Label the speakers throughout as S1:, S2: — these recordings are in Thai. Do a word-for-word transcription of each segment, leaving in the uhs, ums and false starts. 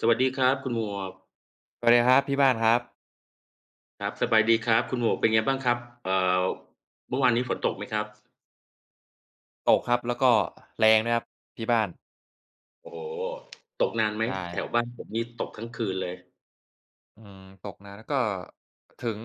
S1: สวัสดีครับคุณหมวก
S2: สวัสดีครับพี่บ้านครับ
S1: ครับสบายดีครับคุณหมวกเป็นไงบ้างครับเอ่อเมื่อวานนี้ฝนตกไหมครับ
S2: ตกครับแล้วก็แรงด้วยครับที่บ้าน
S1: โอ้โฮตกนานไหม
S2: ใช่
S1: แถวบ้านผมนี่ตกทั้งคืนเลย
S2: อืมตกนะแล้วก็ถึง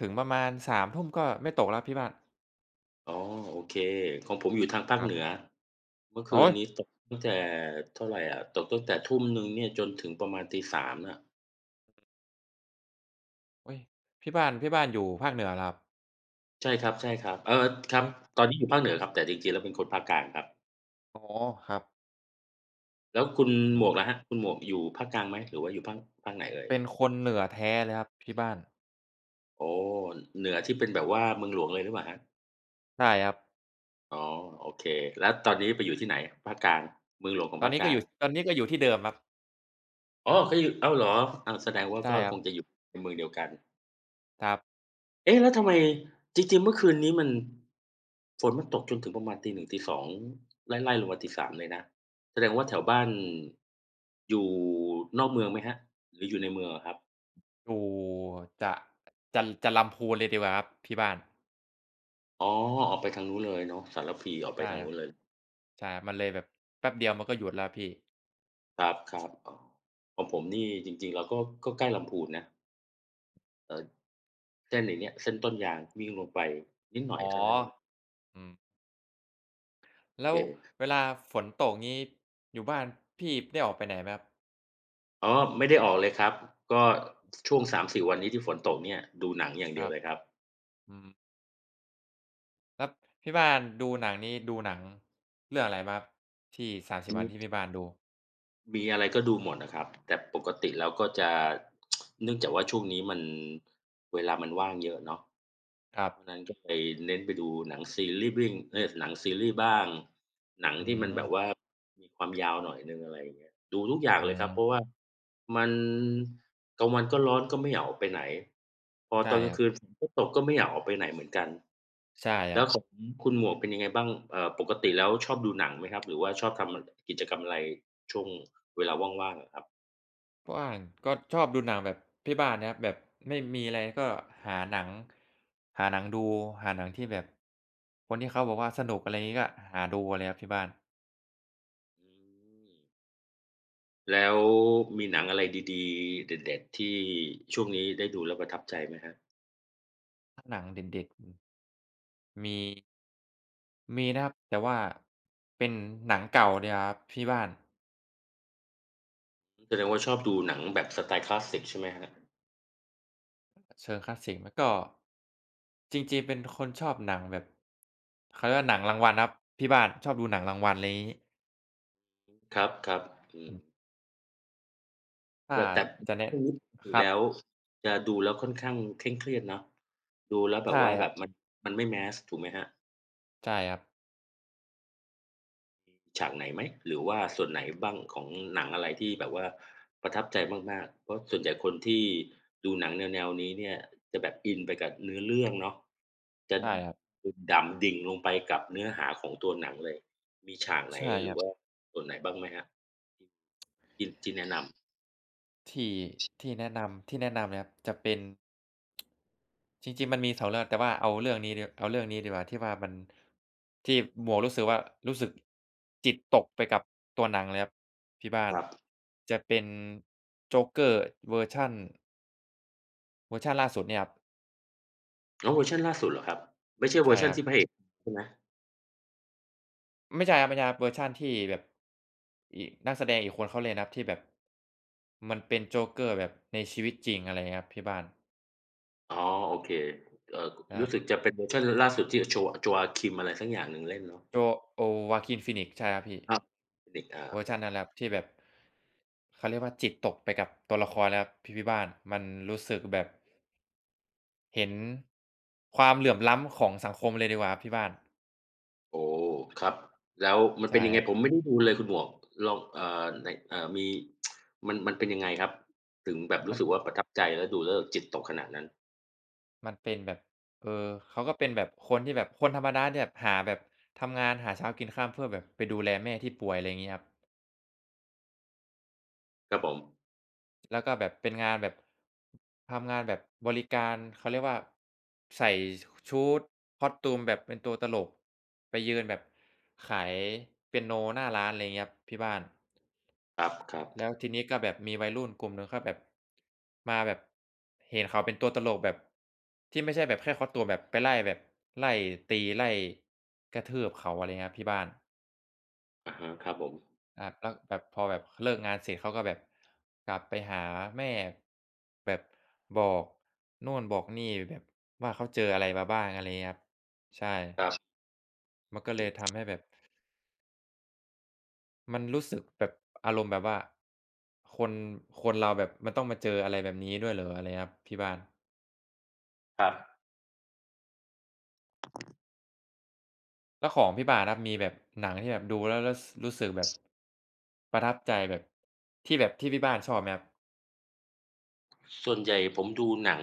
S2: ถึงประมาณสามทุ่มก็ไม่ตกแล้วพี่บ้าน
S1: อ๋อโอเคของผมอยู่ทางภาค
S2: ครั
S1: เห
S2: บ
S1: นือเมื่อคื
S2: โอ๊
S1: น
S2: ย
S1: นี้ตกตั้งแต่เท่าไรอะตกตั้งแต่ทุ่มหนึ่งเนี่ยจนถึงประมาณตีสามน่ะ
S2: โอ๊ยพี่บ้านพี่บ้านอยู่ภาคเหนือเหรอครับ
S1: ใช่ครับๆเออครับ
S2: อุ๊ย
S1: ตอนนี้อยู่ภาคเหนือครับแต่จริงๆแล้วเป็นคนภาคกลางครับ
S2: อ๋อครับ
S1: แล้วคุณ
S2: อื
S1: หมวกล่ะค
S2: ม
S1: รับคุณหมวกอยู่ภาคกลางไหมหรือว่าอยู่ภาคภาคไหนเอ่ย
S2: เป็นคนเหนือแท้เลยครับที่บ้าน
S1: อ๋อเหนือที่เป็นแบบว่าเมืองหลวงเลยหรือเปล่าครับ
S2: ใช่ครับ
S1: อ๋อโอเคแล้วตอนนี้ไปอยู่ที่ไหนภาคกลางเมืองหลวงของ
S2: ตอน
S1: ภาค
S2: นี้
S1: ก
S2: ก็
S1: ลา
S2: อ
S1: ง
S2: ยู่ตอนนี้ก็อยู่ที่เดิมครับ
S1: อ๋อก็อยู่อ้าวเหรออ้าวแสดงว่า
S2: ใช่
S1: ก็
S2: ครั
S1: ค
S2: บ
S1: งจะอยู่ในเมืองเดียวกัน
S2: ครับ
S1: เอ๊ะแล้วทำไมจริงๆเมื่อคืนนี้มันฝนมันตกจนถึงประมาณตีหนึ่งตีสองไล่ๆลงมาตีสามเลยนะแสดงว่าแถวบ้านอยู่นอกเมืองไหมครับหรืออยู่ในเมืองอะครับ
S2: อยู่จะจะจะลำพูนเลยดีกว่าครับที่บ้าน
S1: อ๋อออกไปทางนู้นเลยเนาะสารพีออกไป
S2: ใช่
S1: ทาง
S2: ครับ
S1: นู้นเลย
S2: ใช่มันเลยแบบแป๊บเดียวมันก็หยุดแล้วพี่
S1: ครับๆอ๋อของผมนี่จริงๆเราก็ก็ใกล้ลำพูนนะเอ่อ เส้นไอ้เนี้ยเส้นต้นยางวิ่งลงไปนิดหน่อย
S2: อ๋อ
S1: เท่านั้นเอง
S2: อืม
S1: โอ
S2: แล้
S1: เ
S2: ว
S1: ค
S2: เวลาฝนตกงี้อยู่บ้านพี่ได้ออกไปไหนไหมครับ
S1: อ๋อไม่ได้ออกเลยครับก็ช่วงสามถึงสี่วันนี้ที่ฝนตกเนี่ยดูหนังอย่าง
S2: ค
S1: เดีย
S2: รั
S1: ว
S2: บ
S1: เลยครับ
S2: อืมแล้วพี่บ้านดูหนังนี้ดูหนังเรื่องอะไรบ้างครับที่สามสิบวั
S1: มี
S2: นที่พี่บ้านดู
S1: มีอะไรก็ดูหมดอะครับแต่ปกติแล้วก็จะเนื่องจากว่าช่วงนี้มันเวลามันว่างเยอะเนาะ
S2: ครับ
S1: วันนั้นก็ไปเน้นไปดูหนังซีรีส์วิ่งเอ๊ยหนังซีรีส์บ้างหนัง
S2: อื
S1: ที่มันแบบ
S2: ม
S1: ว่ามีความยาวหน่อยหนึ่งอะไรอย่างเงี้ยดูทุกอย่าง
S2: อื
S1: เลยครับเพราะ
S2: ม
S1: ว่ามันกลางวันก็ร้อนก็ไม่อยากออกไปไหนพอต
S2: ใช่
S1: อนก
S2: ค
S1: ลาง
S2: รับ
S1: คืนฝนก็ตกก็ไม่อยากออกไปไหนเหมือนกัน
S2: ใช่ครั
S1: แล้
S2: บ
S1: วของคุณหมวกเป็นยังไงบ้างเอ่อปกติแล้วชอบดูหนังไหมครับหรือว่าชอบทำกิจกรรมอะไรช่วงเวลาว่างๆอะครับ
S2: บ้านก็ชอบดูหนังแบบพี่บ้านนะครับแบบไม่มีอะไรก็หาหนังหาหนังดูหาหนังที่แบบคนที่เขาบอกว่าสนุกอะไรงี้ก็หาดูเลยครับที่บ้าน
S1: อืมแล้วมีหนังอะไรดีๆเด็ดๆที่ช่วงนี้ได้ดูแล้วประทับใจไหมครับ
S2: หนังเด็ดๆ มีมีนะครับแต่ว่าเป็นหนังเก่าเลยอะครับที่บ้าน
S1: แสดงว่าชอบดูหนังแบบสไตล์คลาสสิกใช่ไหมครับ
S2: เชิงคลาสสิกแล้วก็จริงๆเป็นคนชอบหนังแบบเขาเรียกว่าหนังรางวัลครับที่บ้านชอบดูหนังรางวัลไรงี้
S1: ครับๆอืม
S2: ถ้า
S1: แต่แต่
S2: จะ
S1: พ
S2: แนะ
S1: วกนี้ปก
S2: ค
S1: ติ
S2: รับ
S1: แล้วจะดูแล้วค่อนข้างเคร่งเครียดเนาะดูแล้วแบ
S2: ใช่
S1: บว่า
S2: ค
S1: แบ
S2: รั
S1: บ
S2: บ
S1: มันมันไม่ mass ถูกไหมครับ
S2: ใช่ครับ
S1: ฉากไหนไหมหรือว่าส่วนไหนบ้างของหนังอะไรที่แบบว่าประทับใจมากๆเพราะส่วนใหญ่คนที่ดูหนังแนวๆนี้เนี่ยจะแบบอินไปกับเนื้อเรื่องเนาะจะ
S2: ใช่ครับ
S1: ดื่มด่ำดิ่งลงไปกับเนื้อหาของตัวหนังเลยมีฉากไหน
S2: ใช่
S1: ห
S2: ค
S1: รือ
S2: รั
S1: ว่า
S2: บ
S1: ส่วนไหนบ้างไหมครับที่ที่แนะนำ
S2: ที่ที่แนะนำที่แนะนำนะครับจะเป็นจริงๆมันมีสองเรื่องแต่ว่าเอาเรื่องนี้ดีเอาเรื่องนี้ดีกว่าที่ว่ามันที่หมวกรู้สึกว่ารู้สึกจิตตกไปกับตัวหนังเลยครับที่บ้าน
S1: ครับ
S2: จะเป็นโจ๊กเกอร์เวอร์ชันเวอร์ชันล่าสุดเนี่ยครับ
S1: อ๋อเวอร์ชันล่าสุดเหรอครับไม่ใช่เวอ
S2: ใช่
S1: ร์ชั
S2: ค
S1: น
S2: รับ
S1: ที่พระเอกใช่ไหม
S2: ไม่ใช่ครับไม่ใช่ครับเวอร์ชันที่แบบอีกนักแสดงอีกคนเขาเล่นนะครับที่แบบมันเป็นโจเกอร์แบบในชีวิตจริงอะไรเงี้ยครับที่บ้าน
S1: อ๋อโอเคเอ่อ
S2: ครั
S1: รู้สึก
S2: บ
S1: จะเป็นเวอร์ชันล่าสุดที่โจ Joakim อะไรสักอย่างหนึ่งเล่นเนาะ
S2: โจโอ Joaquin Phoenix ใช่ครับพี่
S1: ครับเป็นเด็กอา
S2: เวอร์ชันนั้นแหละครับที่แบบเขาเรียกว่าจิตตกไปกับตัวละครแล้วครับพิมพิบ้านมันรู้สึกแบบเห็นความเหลื่อมล้ำของสังคมเลยดีกว่าครับพี่บ้าน
S1: โอ้ครับแล้วมัน
S2: ใช่
S1: เป็นยัง
S2: ค
S1: ไง
S2: รั
S1: ผม
S2: บ
S1: ไม่ได้ดูเลยคุณหมวกลองเอ่อในเอ่อมีมันมันเป็นยังไงครับ ถึงแบบ
S2: มั
S1: รู้
S2: น
S1: สึกว่าประทับใจแล้วดูแล้วจิตตกขนาดนั้น
S2: มันเป็นแบบเออเขาก็เป็นแบบคนที่แบบคนธรรมดาที่แบบหาแบบทำงานหาเช้ากินค่ำเพื่อแบบไปดูแลแม่ที่ป่วยอะไรอย่างงี้ครับ
S1: ครับผม
S2: แล้วก็แบบเป็นงานแบบทำงานแบบบริการเขาเรียกว่าใส่ชุด costume แบบเป็นตัวตลกไปยืนแบบขายเปียโนหน้าร้านอะไรเงี้ยครับที่บ้าน
S1: ครับ
S2: แล้วทีนี้ก็แบบมีวัยรุ่นกลุ่มหนึ่งเขาแบบมาแบบเห็นเขาเป็นตัวตลกแบบที่ไม่ใช่แบบแค่ costume แบบไปไล่แบบไล่ตีไล่กระทืบเขาอะไรเงี้ยครับที่บ้าน
S1: ๆอะฮะครับผม
S2: ครับแล้วแบบพอแบบเลิกงานเสร็จเขาก็แบบกลับไปหาแม่แบบบอกโน่นบอกนี่แบบว่าเขาเจออะไรมาบ้างอะไรเงี้ยครับใช่
S1: ครับ
S2: มันก็เล
S1: อื
S2: ย
S1: ม
S2: ทำให้แบบมันรู้สึกแบบอารมณ์แบบว่าคนคนเราแบบมันต้องมาเจออะไรแบบนี้ด้วยเหรออะไรครับที่บ้าน
S1: ครับ
S2: แล้วของพี่บ้านครับมีแบบหนังที่แบบดูแล้วแล้วสรู้สึกแบบประทับใจแบบที่แบบที่พี่บ้านชอบไหมครับ
S1: ส่วนใหญ่ผมดูหนัง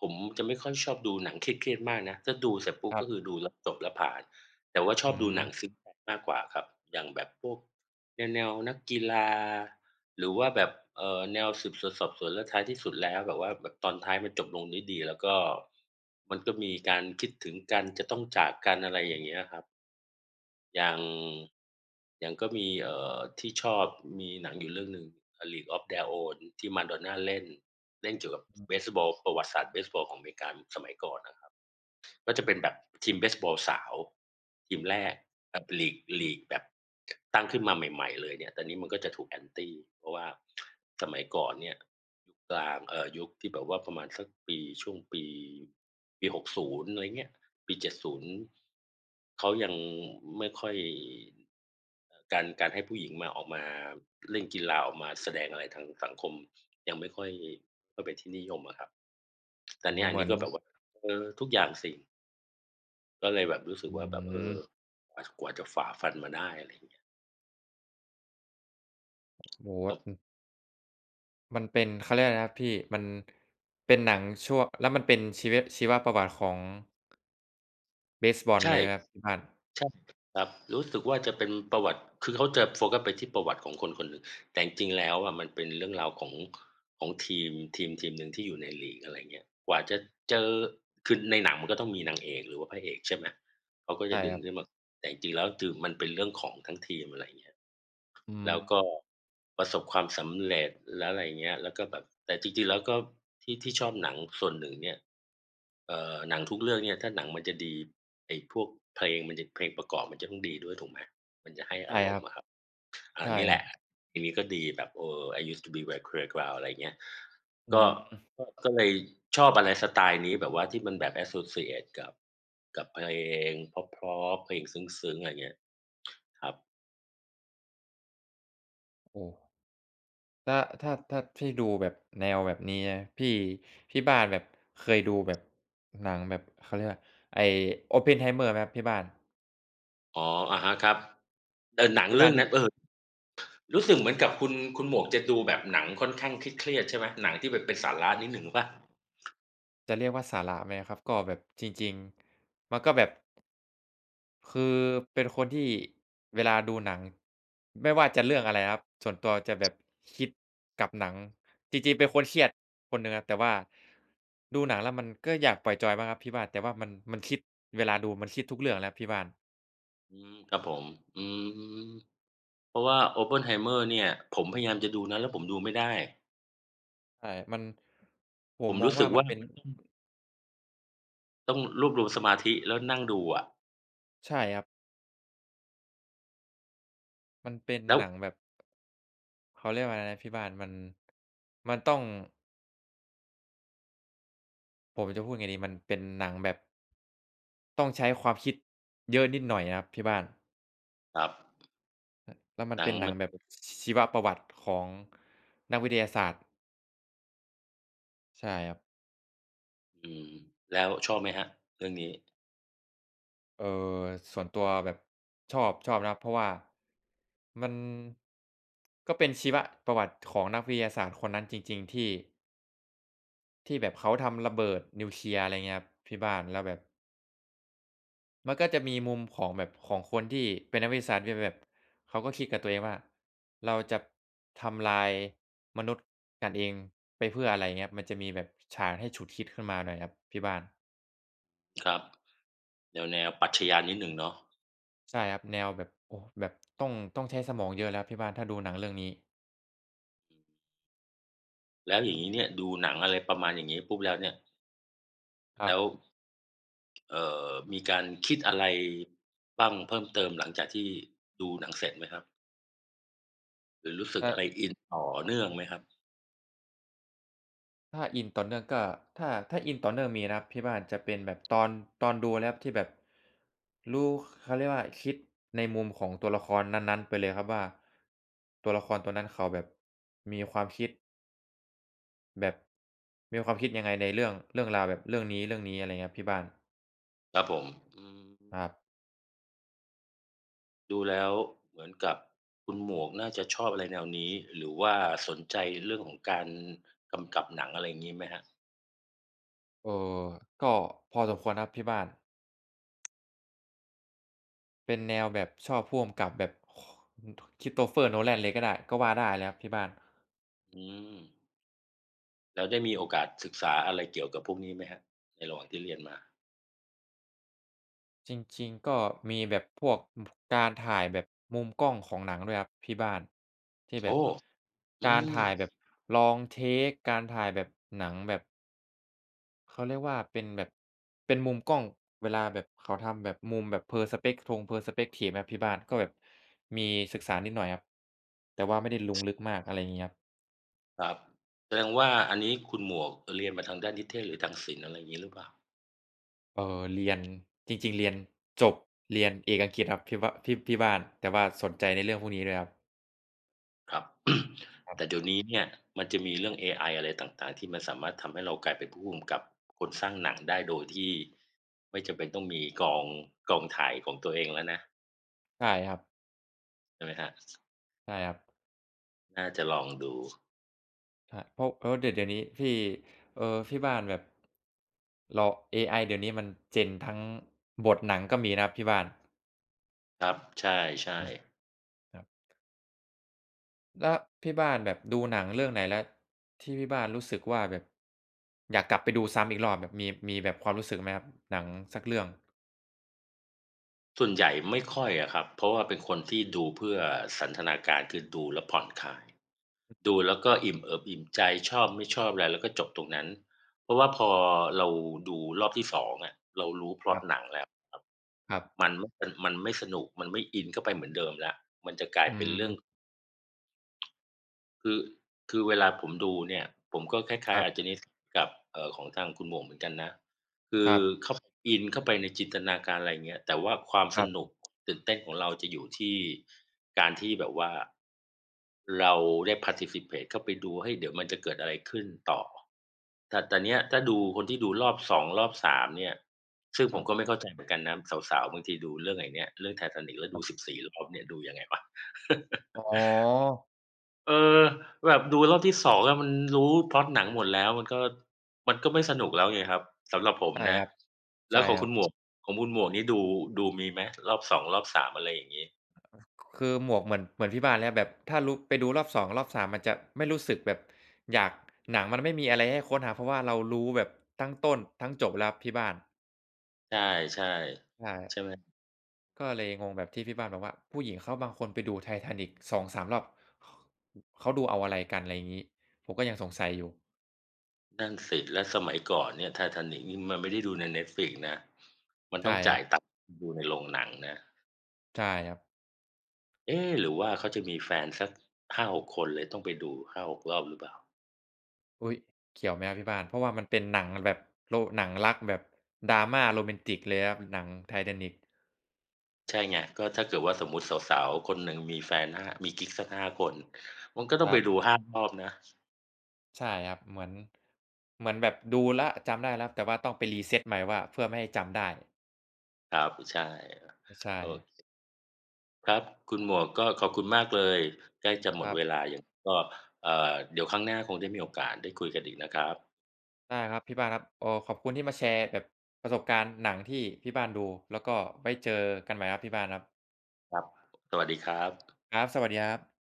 S1: ผมจะไม่ค่อยชอบดูหนังเครียดๆมากนะถ้าดูเสร็จปุ๊บ
S2: ครั
S1: ก็
S2: บ
S1: คือดูแล้วจบแล้วผ่านแต่ว่าชอ
S2: อื
S1: บดูหนัง
S2: ม
S1: ซึ้งใจมากกว่าครับอย่างแบบพวกแนวๆนักกีฬาหรือว่าแบบเอ่อแนวสืบสวนสอบสวนแล้วท้ายที่สุดแล้วแบบว่าแบบตอนท้ายมันจบลงด้วยดีแล้วก็มันก็มีการคิดถึงกันจะต้องจากกันอะไรอย่างเงี้ยครับ อย่างอย่างก็มีเอ่อที่ชอบมีหนังอยู่เรื่องหนึ่ง A League of Their Own ที่มาดอนน่าเล่นเล่นเกี่ยวกับเบสบอลประวัติศาสตร์เบสบอลของอเมริกาสมัยก่อนนะครับ ก็จะเป็นแบบทีมเบสบอลสาวทีมแรกแบบลีก
S2: อื
S1: ลีก
S2: ม
S1: แบบตั้งขึ้นมาใหม่ๆเลยเนี่ยตอนนี้มันก็จะถูก anti เพราะว่าสมัยก่อนเนี่ยยุคกลางเอ่อยุคที่แบบว่าประมาณสักปีช่วงปีปีหกสิบอะไรเงี้ยปีเจ็ดสิบเขายังไม่ค่อยเอ่อการการให้ผู้หญิงมาออกมาเล่นกีฬาออกมาแสดงอะไรทางสังคมยังไม่ค่อยค่อยเป็นที่นิยมอะครับแต่เนี่ย
S2: เห
S1: อัน
S2: มือ
S1: นี้
S2: น
S1: ก็แบบว่าเออทุกอย่างสิ ก็เลยแบบรู้สึก
S2: อื
S1: ว่าแบบเอ
S2: ม
S1: อกว่ากว่าจะฝ่าฟันมาได้อะไรอย่างเงี้ย
S2: โอ้โฮ
S1: แล้ว
S2: อือมันเป็นเขาเรียกอะไรนะครับพี่มันเป็นหนังชั่วแล้วมันเป็นชีวะชีวประวัติของเบสบอลเล
S1: ใช่
S2: ยใช่ไหมครับที่บ้าน
S1: ใช่ครับรู้สึกว่าจะเป็นประวัติคือเขาจะโฟกัสไปที่ประวัติของคนคนหนึ่งแต่จริงๆแล้วอะมันเป็นเรื่องราวของของทีมทีมทีมหนึ่งที่อยู่ในลีกอะไรอย่างเงี้ยกว่าจะเจอคือในหนังมันก็ต้องมีนางเอกหรือว่าพระเอกใช่ไหมเขาก็
S2: ใช่
S1: จะดึ
S2: ค
S1: ง
S2: รับ
S1: ขึ้นมาแต่จริงๆแล้วคือมันเป็นเรื่องของทั้งทีมอะไรอย่างเงี้ย
S2: อืม
S1: แล้วก็ประสบความสำเร็จแล้วอะไรอย่างเงี้ยแล้วก็แบบแต่จริงๆแล้วก็ที่ที่ชอบหนังส่วนหนึ่งเนี่ย เอ่อหนังทุกเรื่องเนี่ยถ้าหนังมันจะดีไอ้พวกเพลงมันจะเพลงประกอบมันจะต้องดีด้วยถูกไหมมันจะให้
S2: ใช่
S1: อาร
S2: ครั
S1: ม
S2: บ
S1: ณ์อะครับอ่า
S2: ใช่
S1: นี่
S2: ค
S1: แห
S2: รับ
S1: ละเพลงนี้ก็ดีแบบเออ I used to be where playground อะไรอย่างเงี้ย
S2: อื
S1: ก็
S2: ม
S1: ก็ก็เลยชอบอะไรสไตล์นี้แบบว่าที่มันแบบ associate กับกับเพลงเพราะๆเพลงซึ้งๆอะไรอย่างเงี้ยครับ
S2: โอ้ถ้าถ้าถ้าพี่ดูแบบแนวแบบนี้นะพี่พี่บ้านแบบเคยดูแบบหนังแบบเขาเรียกว่าไอ้ Oppenheimer ไหมครับที่บ้าน
S1: อ๋ออะฮะครับเออหนัง
S2: ที่
S1: เรื่
S2: บ้าน
S1: อง
S2: นี่
S1: นั้นเออรู้สึกเหมือนกับคุณคุณหมวกจะดูแบบหนังค่อนข้างเครียดๆใช่ไหมหนังที่แบบเป็นสาระนิดหนึ่งเปล่า
S2: จะเรียกว่าสาระไหมครับก็แบบจริงๆมันก็แบบ คือเป็นคนที่เวลาดูหนังไม่ว่าจะเรื่องอะไรครับส่วนตัวจะแบบคิดกับหนังจริงๆเป็นคนเครียดคนหนึ่งครับแต่ว่าดูหนังแล้วมันก็อยากปล่อยจอยบ้างครับพี่บ้านแต่ว่ามันมันคิดเวลาดูมันคิดทุกเรื่องแล้วพี่บ้าน
S1: อืมครับผมอืมเพราะว่า Oppenheimer เนี่ยผมพยายามจะดูนะแล้วผมดูไม่ได้
S2: ใช่มันผ
S1: ผ
S2: ม
S1: ม
S2: มอง
S1: รู้สึ
S2: ว่า
S1: ก
S2: มัน
S1: ว่า
S2: เป็น
S1: มันต้องต้องรวบรวมสมาธิแล้วนั่งดูอะ
S2: ใช่ครับมันเป็น
S1: แล้ว
S2: หนังแบบเขาเรียกว่าอะไรนะพี่บ้านมันมันต้องผมจะพูดไงดีมันเป็นหนังแบบต้องใช้ความคิดเยอะนิดหน่อยนะครับพี่บ้าน
S1: ครับ
S2: แล้วมัน
S1: หนั
S2: เป็
S1: ง
S2: นหนั
S1: มั
S2: ง
S1: น
S2: แบบชีวประวัติของนักวิทยาศาสตร์ใช่ครับ
S1: อืมแล้วชอบไหมครับเรื่องนี้
S2: เอ่อส่วนตัวแบบชอบชอบนะครับเพราะว่ามันก็เป็นชีวประวัติของนักวิทยาศาสตร์คนนั้นจริงๆที่ที่แบบเขาทำระเบิดนิวเคลียร์อะไรเงี้ยครับที่บ้านแล้วแบบมันก็จะมีมุมของแบบของคนที่เป็นนักวิทยาศาสตร์ที่แบบเขาก็คิดกับตัวเองว่าเราจะทำลายมนุษย์กันเองไปเพื่ออะไรเงี้ยครับมันจะมีแบบฉากให้ฉุกคิดขึ้นมาหน่อยครับที่บ้าน
S1: ครับแนวแนวปรัชญานิดหนึ่งเนาะ
S2: ใช่ครับแนวแบบโอ้แบบต้องต้องใช้สมองเยอะแล้วพี่บ้านถ้าดูหนังเรื่องนี้
S1: แล้วอย่างงี้เนี่ยดูหนังอะไรประมาณอย่างงี้ปุ๊บแล้วเนี่ย
S2: ครับ
S1: แล้วเอ่อมีการคิดอะไรบ้างเพิ่มเติมหลังจากที่ดูหนังเสร็จไหมครับหรือรู้สึก
S2: ถ้า
S1: อะไรอินต่อเนื่องไหมครับ
S2: ถ้าอินต่อเนื่องก็ถ้าถ้าอินต่อเนื่องมีนะครับพี่บ้านจะเป็นแบบตอนตอนดูแล้วที่แบบรู้เขาเรียกว่าคิดในมุมของตัวละครนั้นๆไปเลยครับว่าตัวละครตัวนั้นเขาแบบมีความคิดแบบมีความคิดยังไงในเรื่องเรื่องราวแบบเรื่องนี้ๆอะไรเงี้ยครับพี่บ้าน
S1: ครับผมอืม
S2: ครับ
S1: ดูแล้วเหมือนกับคุณหมวกน่าจะชอบอะไรแนวนี้หรือว่าสนใจเรื่องของการกำกับหนังอะไรอย่างนี้ไหมครับ
S2: เอ่อก็พอสมควรครับพี่บ้าน เป็นแนวแบบชอบผู้กำกับแบบค คริสโตเฟอร์ โนแลน เลยก็ได้ก็ว่าได้เลยครับที่บ้าน
S1: อืมแล้วได้มีโอกาสศึกษาอะไรเกี่ยวกับพวกนี้ไหมครับในระหว่างที่เรียนมา
S2: จริงๆก็มีแบบพวกมการถ่ายแบบมุมกล้องของหนังด้วยครับที่บ้านที่แบบ
S1: โอ้อื
S2: การ
S1: ม
S2: ถ่ายแบบ ลอง เทค การถ่ายแบบหนังแบบเขาเรียกว่าเป็นแบบเป็นมุมกล้องเวลาแบบเขาทำแบบมุมแบบ Perspec ทง เพอร์สเปกทีฟ ครับที่บ้านก็แบบมีศึกษานิดหน่อยครับแต่ว่าไม่ได้ลงลึกมากอะไรอย่างงี้ครับ
S1: ครับแสดงว่าอันนี้คุณหมวกเรียนมาทางด้านนิเทศหรือทางศิลป์อะไรอย่างงี้หรือเปล่า
S2: เออเรียนจริงๆเรียนจบเรียนเอกอังกฤษครับที่ว่าที่ที่บ้านแต่ว่าสนใจในเรื่องพวกนี้ด้วยครับ
S1: ครับ
S2: ครั
S1: แต่
S2: บ
S1: เดี๋ยวนี้เนี่ยมันจะมีเรื่องเอไออะไรต่างๆที่มันสามารถทำให้เรากลายเป็นผู้กำกับคนสร้างหนังได้โดยที่ไม่จำเป็นต้องมีกองกองถ่ายของตัวเองแล้วนะ
S2: ใช่ครับ
S1: ใช่ไหมฮะ
S2: ใช่ครับ
S1: น่าจะลองดู
S2: ใช่เพราะเพราะว่าเดี๋ยวเดี๋ยวนี้ที่เอ่อที่บ้านแบบเราเอไอเดี๋ยวนี้มัน เจน ทั้งบทหนังก็มีนะครับที่บ้าน
S1: ครับใช่
S2: อืม
S1: ๆ
S2: ครับแล้วที่บ้านแบบดูหนังเรื่องไหนแล้วที่ที่บ้านรู้สึกว่าแบบอยากกลับไปดูซ้ำอีกรอบแบบมีมีแบบความรู้สึกไหมครับหนังสักเรื่อง
S1: ส่วนใหญ่ไม่ค่อยอะครับเพราะว่าเป็นคนที่ดูเพื่อสันทนาการคือดูแล้วผ่อนคลายดูแล้วก็อิ่มเอิบอิ่มใจชอบไม่ชอบอะไรแล้วก็จบตรงนั้นเพราะว่าพอเราดูรอบที่สององอะเรารู้พล็
S2: ค
S1: อ
S2: รั
S1: ตห
S2: บ
S1: นังแล้วครับ
S2: ครับ
S1: มันไม่มันไม่สนุกมันไม่อินเข้าไปเหมือนเดิมแล้วมันจะกลา
S2: อื
S1: ยเป็น
S2: ม
S1: เรื่อง คือคือเวลาผมดูเนี่ยผมก็ค
S2: ค
S1: ล้าย
S2: รั
S1: ๆ
S2: บ
S1: อาจจะนิดกับเอ่อของทางคุณหมวกเหมือนกันนะคื
S2: ค
S1: อ
S2: รับ
S1: เข้าอินเข้าไปในจินตนาการอะไรอย่างเงี้ยแต่ว่าความ
S2: ค
S1: ส
S2: รั
S1: นุ
S2: บ
S1: กตื่นเต้นของเราจะอยู่ที่การที่แบบว่าเราได้ participate เข้าไปดูเฮ้ยเดี๋ยวมันจะเกิดอะไรขึ้นต่อแต่แต่เนี้ยถ้าดูคนที่ดูรอบสองรอบสามเนี่ยซึ่ง
S2: ค
S1: ผ
S2: รั
S1: ม
S2: บ
S1: ก็ไม่เข้าใจเหมือนกันนะสาวๆบางทีดูเรื่องไอ้เนี้ยเรื่อง Titanic แล้วดูสิบสี่รอบเนี่ยดูยังไงวะ
S2: อ๋อ
S1: เออแบบดูรอบที่สององอะมันรู้พล็อตหนังหมดแล้วมันก็มันก็ไม่สนุกแล้วไงครับสำหรับผม
S2: ใช่ค
S1: นะ
S2: รับ
S1: แล้
S2: ใช่
S1: วของ
S2: ครั
S1: คุ
S2: บ
S1: ณหมวกของคุณหมวกนี่ดูดูมีไหมรอบสองรอบสามอะไรอย่างงี้
S2: คือหมวกเหมือนเหมือนพี่บ้านเลยครับแบบถ้ารู้ไปดูรอบสองรอบสามมันจะไม่รู้สึกแบบอยากหนังมันไม่มีอะไรให้ค้นหาเพราะว่าเรารู้แบบทั้งต้นทั้งจบแล้วครับพี่บ้าน
S1: ใช่
S2: ใช่
S1: ๆใช่ไหม
S2: ก็เลยงงแบบที่พี่บ้านบอกว่าผู้หญิงเขาบางคนไปดู Titanic สองสามรอบขเขาดูเอาอะไรกันอะไรอย่างงี้ผมก็ยังสงสัยอยู่
S1: นั่นสิแล้วสมัยก่อนเนี่ย Titanic นี่มันไม่ได้ดูใน Netflix นะมันต้
S2: ใช่
S1: อง
S2: ครั
S1: จ่า
S2: บ
S1: ยตังค์ดูในโรงหนังนะ
S2: ใช่ครับ
S1: เอ๊ะหรือว่าเขาจะมีแฟนสักห้าถึงหกคนเลยต้องไปดูหาหกรอบหรือเปล่า
S2: อุ๊ยเกี่ยวไหมครับที่บ้านเพราะว่ามันเป็นหนังแบบโรหนังรักแบบ ดราม่า โรแมนติกเลยครับหนัง Titanic
S1: ใช่ไงก็ถ้าเกิดว่าสมมุติสาวๆคนหนึ่งมีแฟนห้ามีกิ๊กสักห้าคนมันก็
S2: ค
S1: ต้อง
S2: รั
S1: ไป
S2: บ
S1: ดูห้ารอบนะ
S2: ใช่ครับเหมือนเหมือนแบบดูแล้วจำได้แล้วแต่ว่าต้องไป รีเซต ใหม่ว่าเพื่อไม่ให้จำได้
S1: ครับใช่
S2: ใช่
S1: เออครับคุณหมวกก็ขอบคุณมากเลยใกล้จะหม
S2: ค
S1: ด
S2: รั
S1: เว
S2: บ
S1: ลายังก็เอ่อเดี๋ยวครั้งหน้าคงได้มีโอกาสได้คุยกันอีกนะครับ
S2: ได้ครับพี่บ้านครับเอ่อขอบคุณที่มาแชร์แบบประสบการณ์หนังที่พี่บ้านดูแล้วก็ไว้เจอกันใหม่ครับพี่บ้านครับ
S1: ครับสวัสดีครับ
S2: ครับสวัสดีครับ